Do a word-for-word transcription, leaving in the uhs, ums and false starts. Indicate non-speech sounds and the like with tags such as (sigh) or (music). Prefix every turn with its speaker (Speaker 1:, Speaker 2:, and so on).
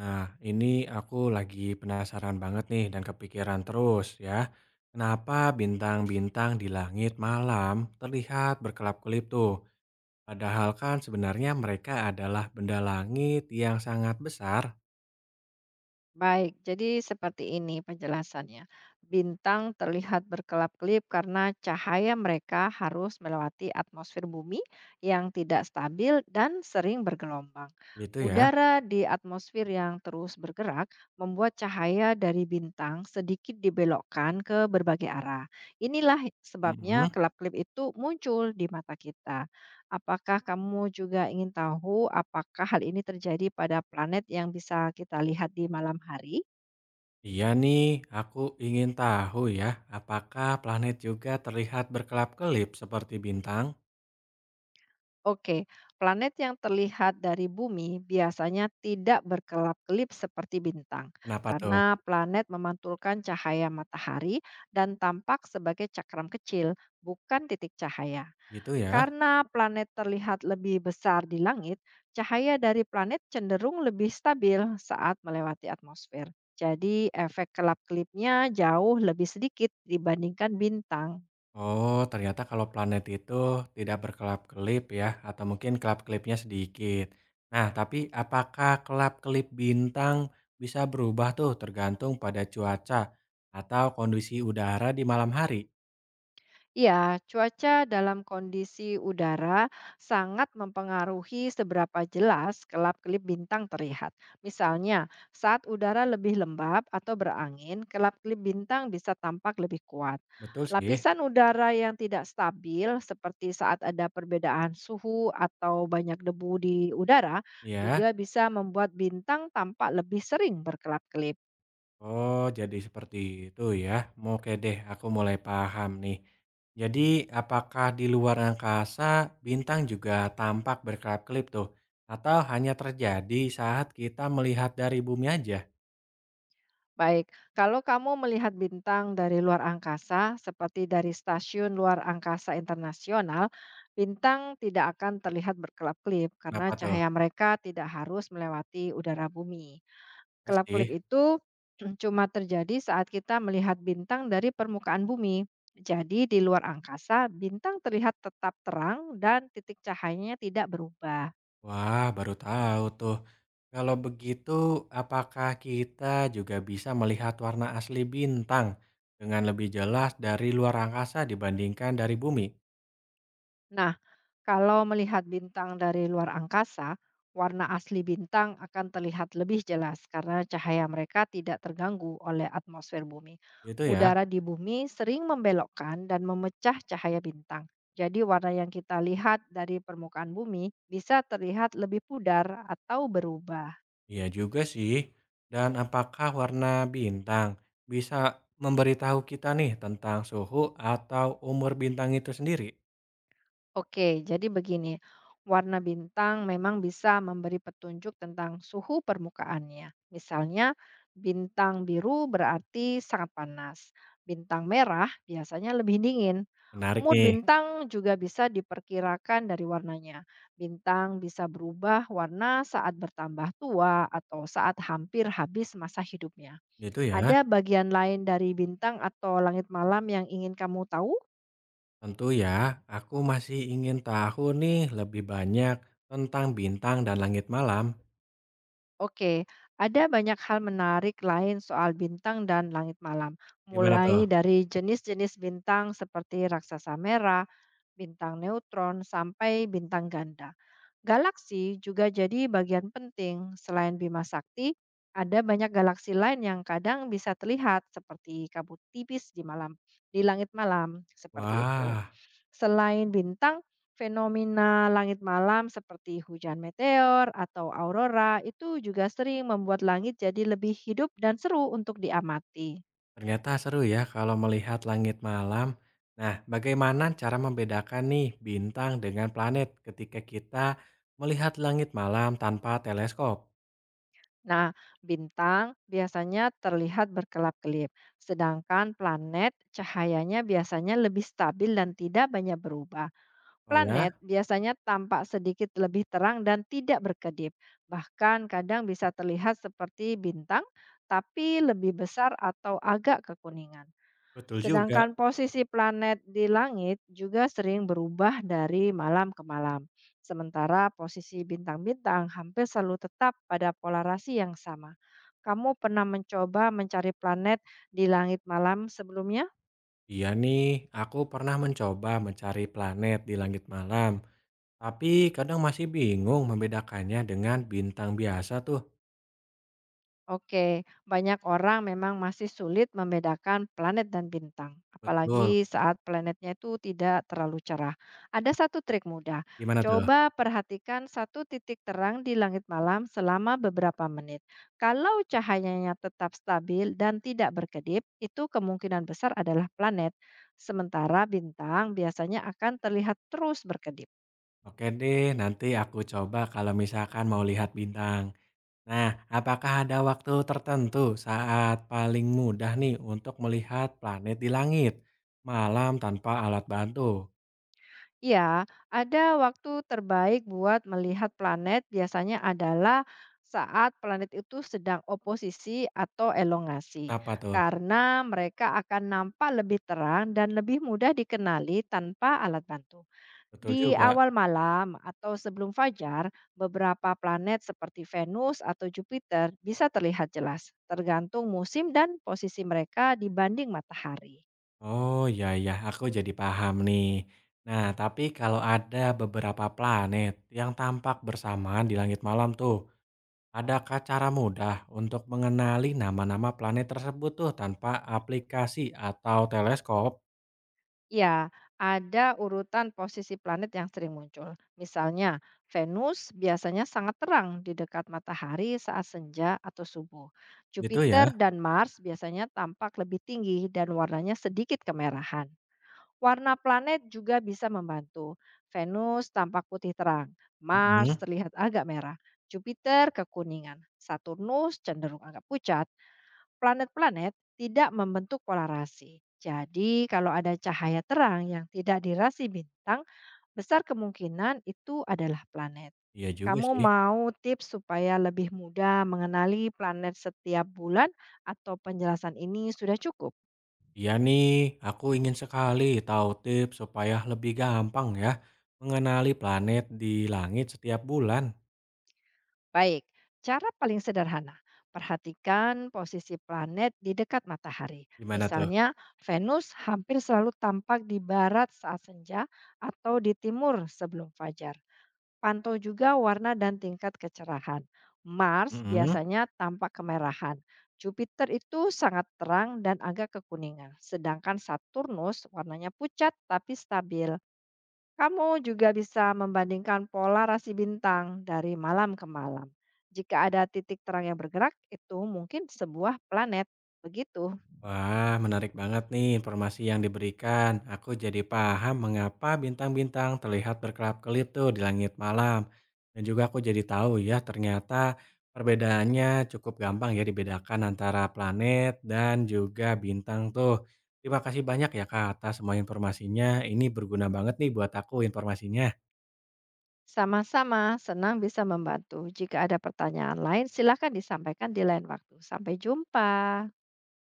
Speaker 1: Nah, ini aku lagi penasaran banget nih dan kepikiran terus ya. Kenapa bintang-bintang di langit malam terlihat berkelap-kelip tuh? Padahal kan sebenarnya mereka adalah benda langit yang sangat besar,
Speaker 2: Baik, jadi seperti ini penjelasannya. Bintang terlihat berkelap-kelip karena cahaya mereka harus melewati atmosfer bumi yang tidak stabil dan sering bergelombang.
Speaker 1: gitu ya.
Speaker 2: Udara di atmosfer yang terus bergerak membuat cahaya dari bintang sedikit dibelokkan ke berbagai arah. Inilah
Speaker 1: Mm-mm.
Speaker 2: sebabnya kelap-kelip itu muncul di mata kita. Apakah kamu juga ingin tahu apakah hal ini terjadi pada planet yang bisa kita lihat di malam hari?
Speaker 1: Iya nih, aku ingin tahu ya, apakah planet juga terlihat berkelap-kelip seperti bintang?
Speaker 2: Oke, planet yang terlihat dari bumi biasanya tidak berkelap-kelip seperti bintang,
Speaker 1: Kenapa tuh?
Speaker 2: karena planet memantulkan cahaya matahari dan tampak sebagai cakram kecil, bukan titik cahaya.
Speaker 1: Gitu ya.
Speaker 2: Karena planet terlihat lebih besar di langit, cahaya dari planet cenderung lebih stabil saat melewati atmosfer. Jadi, efek kelap-kelipnya jauh lebih sedikit dibandingkan bintang.
Speaker 1: Oh, ternyata kalau planet itu tidak berkelap-kelip ya, atau mungkin kelap-kelipnya sedikit. Nah, tapi apakah kelap-kelip bintang bisa berubah tuh tergantung pada cuaca atau kondisi udara di malam hari?
Speaker 2: Ya, cuaca dalam kondisi udara sangat mempengaruhi seberapa jelas kelap-kelip bintang terlihat. Misalnya, saat udara lebih lembab atau berangin, kelap-kelip bintang bisa tampak lebih kuat.
Speaker 1: Betul sih.
Speaker 2: Lapisan udara yang tidak stabil, seperti saat ada perbedaan suhu atau banyak debu di udara,
Speaker 1: Ya.
Speaker 2: juga bisa membuat bintang tampak lebih sering berkelap-kelip.
Speaker 1: Oh, jadi seperti itu ya. Oke deh, aku mulai paham nih. Jadi, apakah di luar angkasa bintang juga tampak berkelap-kelip tuh? Atau hanya terjadi saat kita melihat dari bumi aja?
Speaker 2: Baik, kalau kamu melihat bintang dari luar angkasa, seperti dari stasiun luar angkasa internasional, bintang tidak akan terlihat berkelap-kelip karena
Speaker 1: Kenapa tuh?
Speaker 2: cahaya mereka tidak harus melewati udara bumi. Kelap-kelip
Speaker 1: Pasti?
Speaker 2: itu (clears throat) cuma terjadi saat kita melihat bintang dari permukaan bumi. Jadi, di luar angkasa, bintang terlihat tetap terang dan titik cahayanya tidak berubah.
Speaker 1: Wah, baru tahu tuh. Kalau begitu, apakah kita juga bisa melihat warna asli bintang dengan lebih jelas dari luar angkasa dibandingkan dari bumi?
Speaker 2: Nah, kalau melihat bintang dari luar angkasa, warna asli bintang akan terlihat lebih jelas karena cahaya mereka tidak terganggu oleh atmosfer bumi.
Speaker 1: Itu ya?
Speaker 2: Udara di bumi sering membelokkan dan memecah cahaya bintang. Jadi warna yang kita lihat dari permukaan bumi bisa terlihat lebih pudar atau berubah.
Speaker 1: Iya juga sih. Dan apakah warna bintang bisa memberitahu kita nih tentang suhu atau umur bintang itu sendiri?
Speaker 2: Oke, jadi begini, warna bintang memang bisa memberi petunjuk tentang suhu permukaannya. Misalnya, bintang biru berarti sangat panas, bintang merah biasanya lebih dingin.
Speaker 1: Menarik
Speaker 2: Mood
Speaker 1: nih.
Speaker 2: bintang juga bisa diperkirakan dari warnanya. Bintang bisa berubah warna saat bertambah tua atau saat hampir habis masa hidupnya.
Speaker 1: Gitu ya?
Speaker 2: Ada bagian lain dari bintang atau langit malam yang ingin kamu tahu?
Speaker 1: Tentu ya, aku masih ingin tahu nih lebih banyak tentang bintang dan langit malam.
Speaker 2: Oke, ada banyak hal menarik lain soal bintang dan langit malam,
Speaker 1: Gimana tuh?
Speaker 2: mulai dari jenis-jenis bintang seperti raksasa merah, bintang neutron, sampai bintang ganda. Galaksi juga jadi bagian penting. Selain Bima Sakti, ada banyak galaksi lain yang kadang bisa terlihat seperti kabut tipis di malam, di langit malam, seperti itu.
Speaker 1: Wah,
Speaker 2: Selain bintang, fenomena langit malam seperti hujan meteor atau aurora itu juga sering membuat langit jadi lebih hidup dan seru untuk diamati.
Speaker 1: ternyata seru ya kalau melihat langit malam. Nah, bagaimana cara membedakan nih bintang dengan planet ketika kita melihat langit malam tanpa teleskop?
Speaker 2: Nah, bintang biasanya terlihat berkelap-kelip, sedangkan planet cahayanya biasanya lebih stabil dan tidak banyak berubah.
Speaker 1: Oh ya,
Speaker 2: Planet biasanya tampak sedikit lebih terang dan tidak berkedip, bahkan kadang bisa terlihat seperti bintang, tapi lebih besar atau agak kekuningan.
Speaker 1: betul juga.
Speaker 2: Sedangkan posisi planet di langit juga sering berubah dari malam ke malam, sementara posisi bintang-bintang hampir selalu tetap pada polarasi yang sama. Kamu pernah mencoba mencari planet di langit malam sebelumnya?
Speaker 1: Iya nih, aku pernah mencoba mencari planet di langit malam, tapi kadang masih bingung membedakannya dengan bintang biasa tuh.
Speaker 2: Oke, banyak orang memang masih sulit membedakan planet dan bintang,
Speaker 1: Betul,
Speaker 2: apalagi saat planetnya itu tidak terlalu cerah. Ada satu trik mudah.
Speaker 1: gimana tuh?
Speaker 2: Coba perhatikan satu titik terang di langit malam selama beberapa menit. Kalau cahayanya tetap stabil dan tidak berkedip, itu kemungkinan besar adalah planet. Sementara bintang biasanya akan terlihat terus berkedip.
Speaker 1: Oke deh, nanti aku coba kalau misalkan mau lihat bintang. Nah, apakah ada waktu tertentu saat paling mudah nih untuk melihat planet di langit? Malam tanpa alat bantu.
Speaker 2: Iya, ada waktu terbaik buat melihat planet biasanya adalah saat planet itu sedang oposisi atau elongasi,
Speaker 1: Kenapa tuh?
Speaker 2: karena mereka akan nampak lebih terang dan lebih mudah dikenali tanpa alat bantu.
Speaker 1: Betul
Speaker 2: Di
Speaker 1: juga.
Speaker 2: awal malam atau sebelum fajar, beberapa planet seperti Venus atau Jupiter bisa terlihat jelas, tergantung musim dan posisi mereka dibanding matahari.
Speaker 1: Oh, iya iya, aku jadi paham nih. Nah, tapi kalau ada beberapa planet yang tampak bersamaan di langit malam tuh, adakah cara mudah untuk mengenali nama-nama planet tersebut tuh tanpa aplikasi atau teleskop
Speaker 2: Ya, ada urutan posisi planet yang sering muncul. Misalnya, Venus biasanya sangat terang di dekat matahari saat senja atau subuh.
Speaker 1: gitu
Speaker 2: Jupiter
Speaker 1: ya?
Speaker 2: dan Mars biasanya tampak lebih tinggi dan warnanya sedikit kemerahan. Warna planet juga bisa membantu. Venus tampak putih terang, Mars
Speaker 1: Mhm.
Speaker 2: terlihat agak merah, Jupiter kekuningan, Saturnus cenderung agak pucat, Planet-planet tidak membentuk polarasi. Jadi, kalau ada cahaya terang yang tidak dirasi bintang, besar kemungkinan itu adalah planet.
Speaker 1: Iya juga
Speaker 2: Kamu
Speaker 1: sih.
Speaker 2: mau tips supaya lebih mudah mengenali planet setiap bulan atau penjelasan ini sudah cukup?
Speaker 1: Iya nih, aku ingin sekali tahu tips supaya lebih gampang ya mengenali planet di langit setiap bulan.
Speaker 2: Baik, cara paling sederhana. Perhatikan posisi planet di dekat matahari.
Speaker 1: Gimana
Speaker 2: Misalnya, Venus hampir selalu tampak di barat saat senja atau di timur sebelum fajar. Pantau juga warna dan tingkat kecerahan. Mars
Speaker 1: tuh?
Speaker 2: biasanya tampak kemerahan. Jupiter itu sangat terang dan agak kekuningan, sedangkan Saturnus warnanya pucat tapi stabil. Kamu juga bisa membandingkan pola rasi bintang dari malam ke malam. Jika ada titik terang yang bergerak, itu mungkin sebuah planet. Begitu.
Speaker 1: Wah, menarik banget nih informasi yang diberikan. Aku jadi paham mengapa bintang-bintang terlihat berkelap-kelip tuh di langit malam. Dan juga aku jadi tahu ya ternyata perbedaannya cukup gampang ya dibedakan antara planet dan juga bintang tuh. Terima kasih banyak ya Kak atas semua informasinya. Ini berguna banget nih buat aku informasinya.
Speaker 2: Sama-sama, senang bisa membantu. Jika ada pertanyaan lain, silakan disampaikan di lain waktu. Sampai jumpa.